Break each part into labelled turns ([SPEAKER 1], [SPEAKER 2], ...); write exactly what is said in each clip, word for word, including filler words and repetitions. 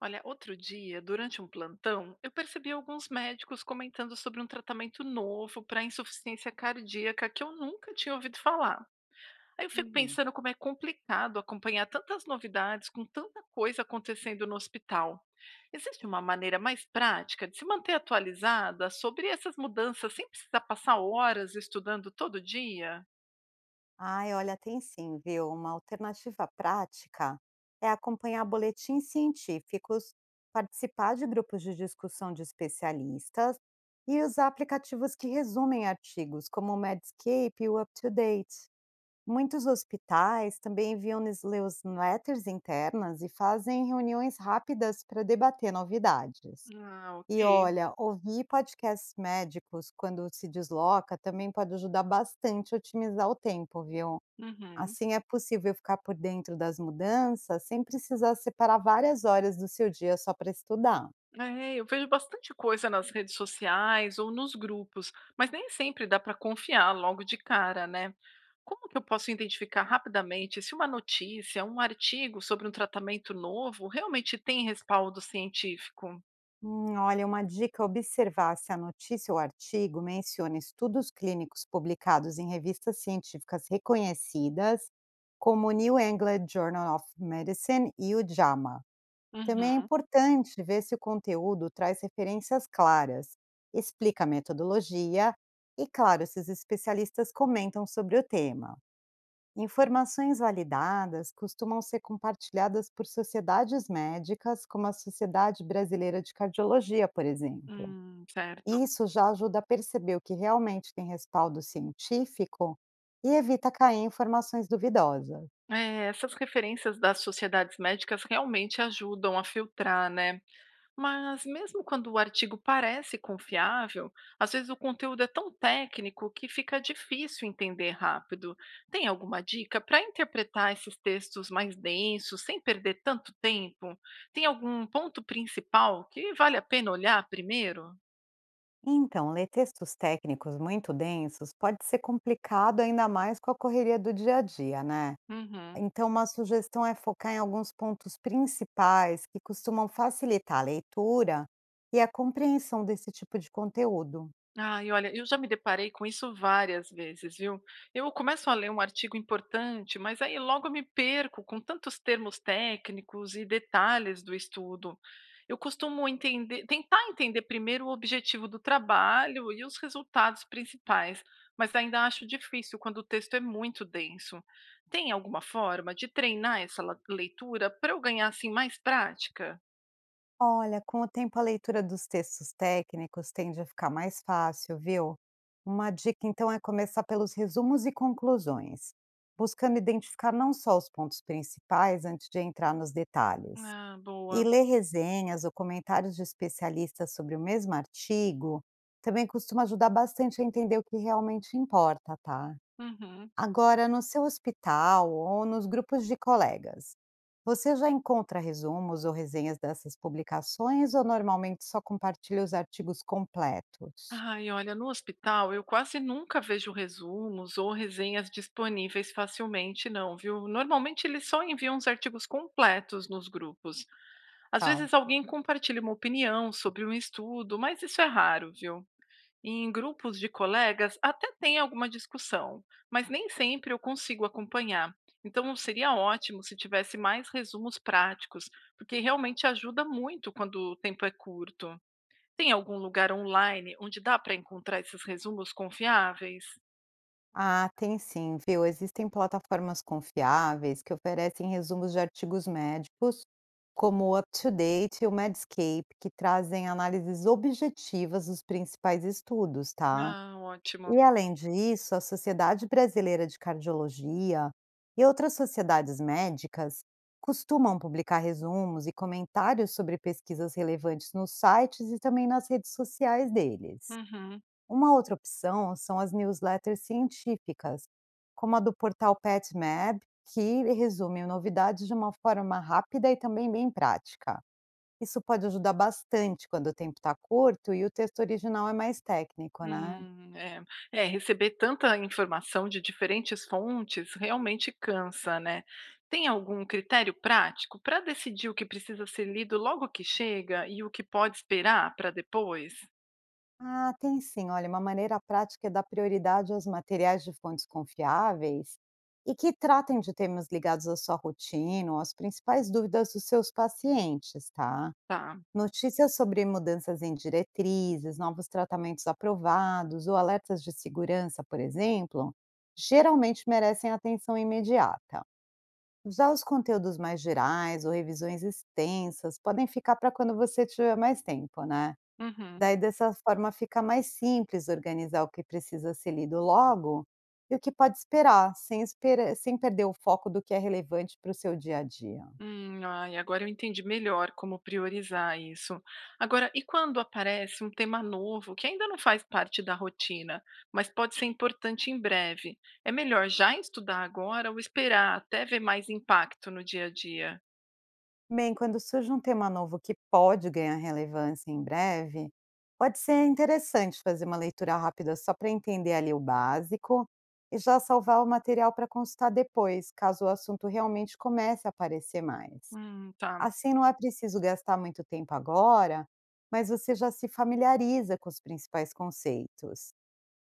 [SPEAKER 1] Olha, outro dia, durante um plantão, eu percebi alguns médicos comentando sobre um tratamento novo para insuficiência cardíaca que eu nunca tinha ouvido falar. Aí eu fico
[SPEAKER 2] Uhum.
[SPEAKER 1] pensando como é complicado acompanhar tantas novidades com tanta coisa acontecendo no hospital. Existe uma maneira mais prática de se manter atualizada sobre essas mudanças sem precisar passar horas estudando todo dia?
[SPEAKER 2] Ai, olha, tem sim, viu? Uma alternativa prática é acompanhar boletins científicos, participar de grupos de discussão de especialistas e usar aplicativos que resumem artigos, como o Medscape e o UpToDate. Muitos hospitais também enviam newsletters internas e fazem reuniões rápidas para debater novidades.
[SPEAKER 1] Ah,
[SPEAKER 2] E
[SPEAKER 1] ok.
[SPEAKER 2] olha, ouvir podcasts médicos quando se desloca também pode ajudar bastante a otimizar o tempo, viu?
[SPEAKER 1] Uhum.
[SPEAKER 2] Assim é possível ficar por dentro das mudanças sem precisar separar várias horas do seu dia só para estudar.
[SPEAKER 1] É, eu vejo bastante coisa nas redes sociais ou nos grupos, mas nem sempre dá para confiar logo de cara, né? Como que eu posso identificar rapidamente se uma notícia, um artigo sobre um tratamento novo realmente tem respaldo científico?
[SPEAKER 2] Hum, olha, uma dica é observar se a notícia ou artigo menciona estudos clínicos publicados em revistas científicas reconhecidas, como o New England Journal of Medicine e o JAMA. Também é
[SPEAKER 1] Uhum.
[SPEAKER 2] importante ver se o conteúdo traz referências claras, explica a metodologia e, claro, se os especialistas comentam sobre o tema. Informações validadas costumam ser compartilhadas por sociedades médicas, como a Sociedade Brasileira de Cardiologia, por exemplo.
[SPEAKER 1] Hum, certo.
[SPEAKER 2] Isso já ajuda a perceber o que realmente tem respaldo científico e evita cair em informações duvidosas.
[SPEAKER 1] É, essas referências das sociedades médicas realmente ajudam a filtrar, né? Mas mesmo quando o artigo parece confiável, às vezes o conteúdo é tão técnico que fica difícil entender rápido. Tem alguma dica para interpretar esses textos mais densos sem perder tanto tempo? Tem algum ponto principal que vale a pena olhar primeiro?
[SPEAKER 2] Então, ler textos técnicos muito densos pode ser complicado ainda mais com a correria do dia a dia, né?
[SPEAKER 1] Uhum.
[SPEAKER 2] Então, uma sugestão é focar em alguns pontos principais que costumam facilitar a leitura e a compreensão desse tipo de conteúdo.
[SPEAKER 1] Ai, olha, eu já me deparei com isso várias vezes, viu? Eu começo a ler um artigo importante, mas aí logo eu me perco com tantos termos técnicos e detalhes do estudo. Eu costumo entender, tentar entender primeiro o objetivo do trabalho e os resultados principais, mas ainda acho difícil quando o texto é muito denso. Tem alguma forma de treinar essa la- leitura para eu ganhar assim mais prática?
[SPEAKER 2] Olha, com o tempo a leitura dos textos técnicos tende a ficar mais fácil, viu? Uma dica então é começar pelos resumos e conclusões, buscando identificar não só os pontos principais antes de entrar nos detalhes.
[SPEAKER 1] Ah,
[SPEAKER 2] E
[SPEAKER 1] boa.
[SPEAKER 2] ler resenhas ou comentários de especialistas sobre o mesmo artigo também costuma ajudar bastante a entender o que realmente importa, tá?
[SPEAKER 1] Uhum.
[SPEAKER 2] Agora, no seu hospital ou nos grupos de colegas, você já encontra resumos ou resenhas dessas publicações ou normalmente só compartilha os artigos completos?
[SPEAKER 1] Ai, olha, no hospital eu quase nunca vejo resumos ou resenhas disponíveis facilmente, não, viu? Normalmente eles só enviam os artigos completos nos grupos. Às
[SPEAKER 2] Tá.
[SPEAKER 1] vezes alguém compartilha uma opinião sobre um estudo, mas isso é raro, viu? E em grupos de colegas até tem alguma discussão, mas nem sempre eu consigo acompanhar. Então seria ótimo se tivesse mais resumos práticos, porque realmente ajuda muito quando o tempo é curto. Tem algum lugar online onde dá para encontrar esses resumos confiáveis?
[SPEAKER 2] Ah, tem sim, viu? Existem plataformas confiáveis que oferecem resumos de artigos médicos, como o UpToDate e o Medscape, que trazem análises objetivas dos principais estudos, tá?
[SPEAKER 1] Ah, ótimo.
[SPEAKER 2] E além disso, a Sociedade Brasileira de Cardiologia e outras sociedades médicas costumam publicar resumos e comentários sobre pesquisas relevantes nos sites e também nas redes sociais deles.
[SPEAKER 1] Uhum.
[SPEAKER 2] Uma outra opção são as newsletters científicas, como a do portal PetMab, que resume novidades de uma forma rápida e também bem prática. Isso pode ajudar bastante quando o tempo está curto e o texto original é mais técnico, né?
[SPEAKER 1] Hum, é. É, receber tanta informação de diferentes fontes realmente cansa, né? Tem algum critério prático para decidir o que precisa ser lido logo que chega e o que pode esperar para depois?
[SPEAKER 2] Ah, tem sim. Olha, uma maneira prática é dar prioridade aos materiais de fontes confiáveis e que tratem de temas ligados à sua rotina ou às principais dúvidas dos seus pacientes, tá?
[SPEAKER 1] Tá.
[SPEAKER 2] Notícias sobre mudanças em diretrizes, novos tratamentos aprovados ou alertas de segurança, por exemplo, geralmente merecem atenção imediata. Já os conteúdos mais gerais ou revisões extensas podem ficar para quando você tiver mais tempo, né?
[SPEAKER 1] Uhum.
[SPEAKER 2] Daí, dessa forma, fica mais simples organizar o que precisa ser lido logo e o que pode esperar, sem, espera- sem perder o foco do que é relevante para o seu dia a dia.
[SPEAKER 1] Hum, ai, agora eu entendi melhor como priorizar isso. Agora, e quando aparece um tema novo que ainda não faz parte da rotina, mas pode ser importante em breve? É melhor já estudar agora ou esperar até ver mais impacto no dia a dia?
[SPEAKER 2] Bem, quando surge um tema novo que pode ganhar relevância em breve, pode ser interessante fazer uma leitura rápida só para entender ali o básico e já salvar o material para consultar depois, caso o assunto realmente comece a aparecer mais.
[SPEAKER 1] Hum, tá.
[SPEAKER 2] Assim, não é preciso gastar muito tempo agora, mas você já se familiariza com os principais conceitos.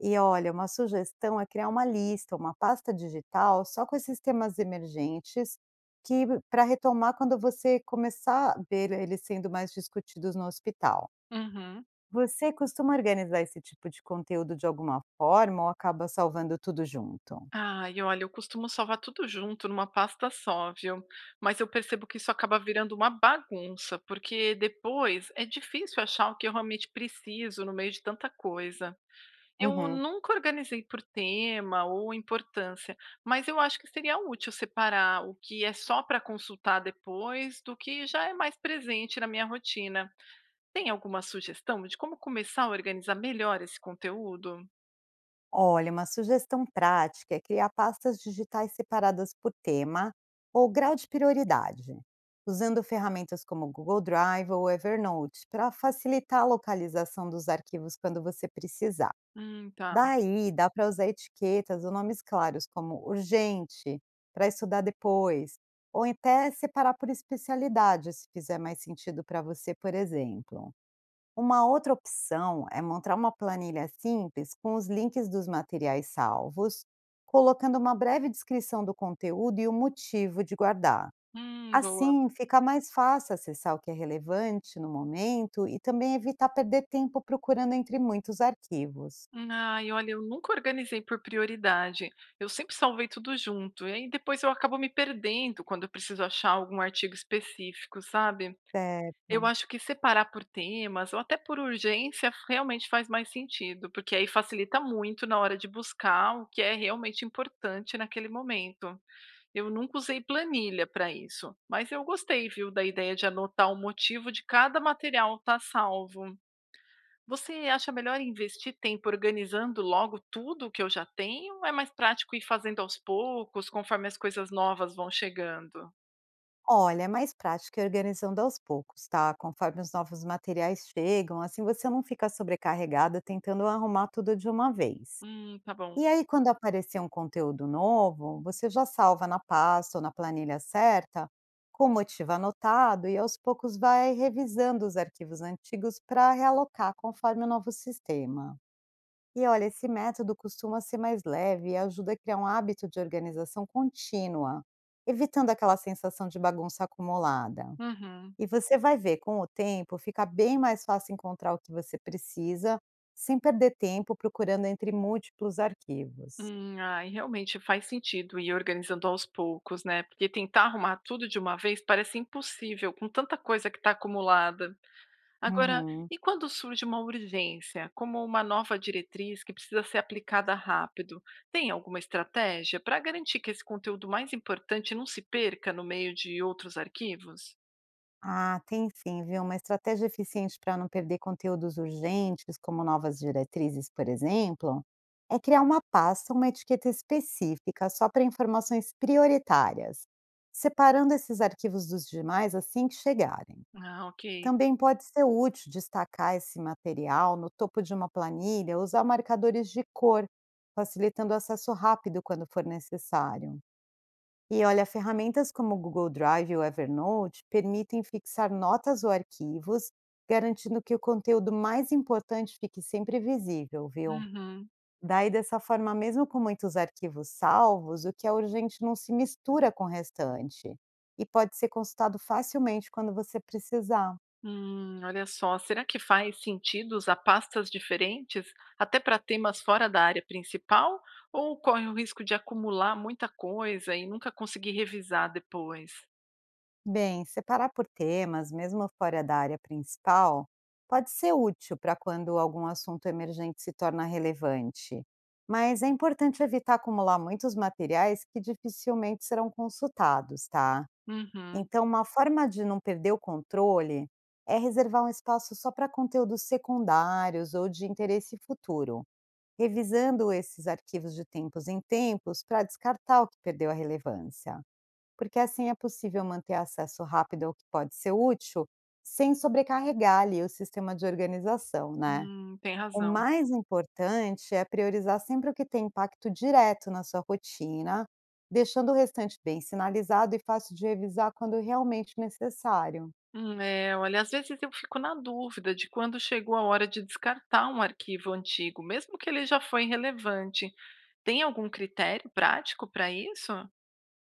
[SPEAKER 2] E olha, uma sugestão é criar uma lista, uma pasta digital só com esses temas emergentes que para retomar quando você começar a ver eles sendo mais discutidos no hospital.
[SPEAKER 1] Uhum.
[SPEAKER 2] Você costuma organizar esse tipo de conteúdo de alguma forma ou acaba salvando tudo junto?
[SPEAKER 1] Ai, olha, eu costumo salvar tudo junto numa pasta só, viu? Mas eu percebo que isso acaba virando uma bagunça, porque depois é difícil achar o que eu realmente preciso no meio de tanta coisa. Eu
[SPEAKER 2] Uhum.
[SPEAKER 1] nunca organizei por tema ou importância, mas eu acho que seria útil separar o que é só para consultar depois do que já é mais presente na minha rotina. Tem alguma sugestão de como começar a organizar melhor esse conteúdo?
[SPEAKER 2] Olha, uma sugestão prática é criar pastas digitais separadas por tema ou grau de prioridade, usando ferramentas como Google Drive ou Evernote para facilitar a localização dos arquivos quando você precisar.
[SPEAKER 1] Hum, tá.
[SPEAKER 2] Daí, dá para usar etiquetas ou nomes claros como urgente, para estudar depois, ou até separar por especialidade, se fizer mais sentido para você, por exemplo. Uma outra opção é montar uma planilha simples com os links dos materiais salvos, colocando uma breve descrição do conteúdo e o motivo de guardar.
[SPEAKER 1] Hum, boa.
[SPEAKER 2] Assim, fica mais fácil acessar o que é relevante no momento e também evitar perder tempo procurando entre muitos arquivos.
[SPEAKER 1] Ai, olha, eu nunca organizei por prioridade. Eu sempre salvei tudo junto. E aí depois eu acabo me perdendo quando eu preciso achar algum artigo específico, sabe? Eu
[SPEAKER 2] Certo.
[SPEAKER 1] acho que separar por temas ou até por urgência realmente faz mais sentido, porque aí facilita muito na hora de buscar o que é realmente importante naquele momento. Eu nunca usei planilha para isso, mas eu gostei, viu, da ideia de anotar o motivo de cada material estar salvo. Você acha melhor investir tempo organizando logo tudo o que eu já tenho? Ou é mais prático ir fazendo aos poucos, conforme as coisas novas vão chegando?
[SPEAKER 2] Olha, é mais prático e organizando aos poucos, tá? Conforme os novos materiais chegam, assim você não fica sobrecarregada tentando arrumar tudo de uma vez.
[SPEAKER 1] Hum, tá bom.
[SPEAKER 2] E aí, quando aparecer um conteúdo novo, você já salva na pasta ou na planilha certa, com o motivo anotado, e aos poucos vai revisando os arquivos antigos para realocar conforme o novo sistema. E olha, esse método costuma ser mais leve e ajuda a criar um hábito de organização contínua, evitando aquela sensação de bagunça acumulada.
[SPEAKER 1] Uhum.
[SPEAKER 2] E você vai ver, com o tempo, fica bem mais fácil encontrar o que você precisa, sem perder tempo procurando entre múltiplos arquivos.
[SPEAKER 1] Hum, ai, realmente faz sentido ir organizando aos poucos, né? Porque tentar arrumar tudo de uma vez parece impossível com tanta coisa que está acumulada. Agora,
[SPEAKER 2] Uhum.
[SPEAKER 1] e quando surge uma urgência, como uma nova diretriz que precisa ser aplicada rápido? Tem alguma estratégia para garantir que esse conteúdo mais importante não se perca no meio de outros arquivos?
[SPEAKER 2] Ah, tem sim, viu? Uma estratégia eficiente para não perder conteúdos urgentes, como novas diretrizes, por exemplo, é criar uma pasta, uma etiqueta específica só para informações prioritárias, separando esses arquivos dos demais assim que chegarem.
[SPEAKER 1] Ah, ok.
[SPEAKER 2] Também pode ser útil destacar esse material no topo de uma planilha, usar marcadores de cor, facilitando o acesso rápido quando for necessário. E olha, ferramentas como o Google Drive ou Evernote permitem fixar notas ou arquivos, garantindo que o conteúdo mais importante fique sempre visível, viu?
[SPEAKER 1] Uhum.
[SPEAKER 2] Daí, dessa forma, mesmo com muitos arquivos salvos, o que é urgente não se mistura com o restante e pode ser consultado facilmente quando você precisar.
[SPEAKER 1] Hum, olha só, será que faz sentido usar pastas diferentes até para temas fora da área principal? Ou corre o risco de acumular muita coisa e nunca conseguir revisar depois?
[SPEAKER 2] Bem, separar por temas, mesmo fora da área principal, pode ser útil para quando algum assunto emergente se torna relevante. Mas é importante evitar acumular muitos materiais que dificilmente serão consultados, tá?
[SPEAKER 1] Uhum,
[SPEAKER 2] Então, uma forma de não perder o controle é reservar um espaço só para conteúdos secundários ou de interesse futuro, revisando esses arquivos de tempos em tempos para descartar o que perdeu a relevância, porque assim é possível manter acesso rápido ao que pode ser útil, sem sobrecarregar ali o sistema de organização, né.
[SPEAKER 1] hum, tem
[SPEAKER 2] O
[SPEAKER 1] razão.
[SPEAKER 2] mais importante é priorizar sempre o que tem impacto direto na sua rotina, deixando o restante bem sinalizado e fácil de revisar quando realmente necessário.
[SPEAKER 1] Hum, é, olha, às vezes eu fico na dúvida de quando chegou a hora de descartar um arquivo antigo, mesmo que ele já foi relevante. Tem algum critério prático para isso?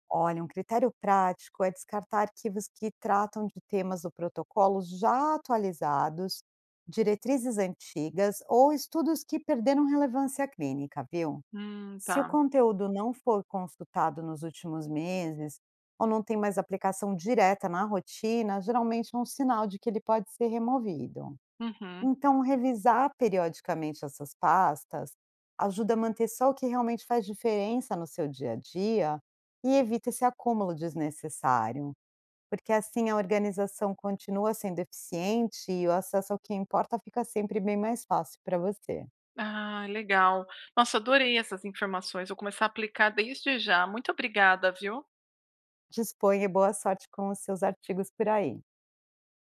[SPEAKER 2] Olha, um critério prático é descartar arquivos que tratam de temas do protocolo já atualizados, diretrizes antigas ou estudos que perderam relevância clínica, viu.
[SPEAKER 1] Hum,
[SPEAKER 2] Se o
[SPEAKER 1] tá.
[SPEAKER 2] conteúdo não for consultado nos últimos meses, ou não tem mais aplicação direta na rotina, geralmente é um sinal de que ele pode ser removido.
[SPEAKER 1] Uhum.
[SPEAKER 2] Então, revisar periodicamente essas pastas ajuda a manter só o que realmente faz diferença no seu dia a dia e evita esse acúmulo desnecessário, porque assim a organização continua sendo eficiente e o acesso ao que importa fica sempre bem mais fácil para você.
[SPEAKER 1] Ah, legal. Nossa, adorei essas informações. Vou começar a aplicar desde já. Muito obrigada, viu?
[SPEAKER 2] Disponha e boa sorte com os seus artigos por aí.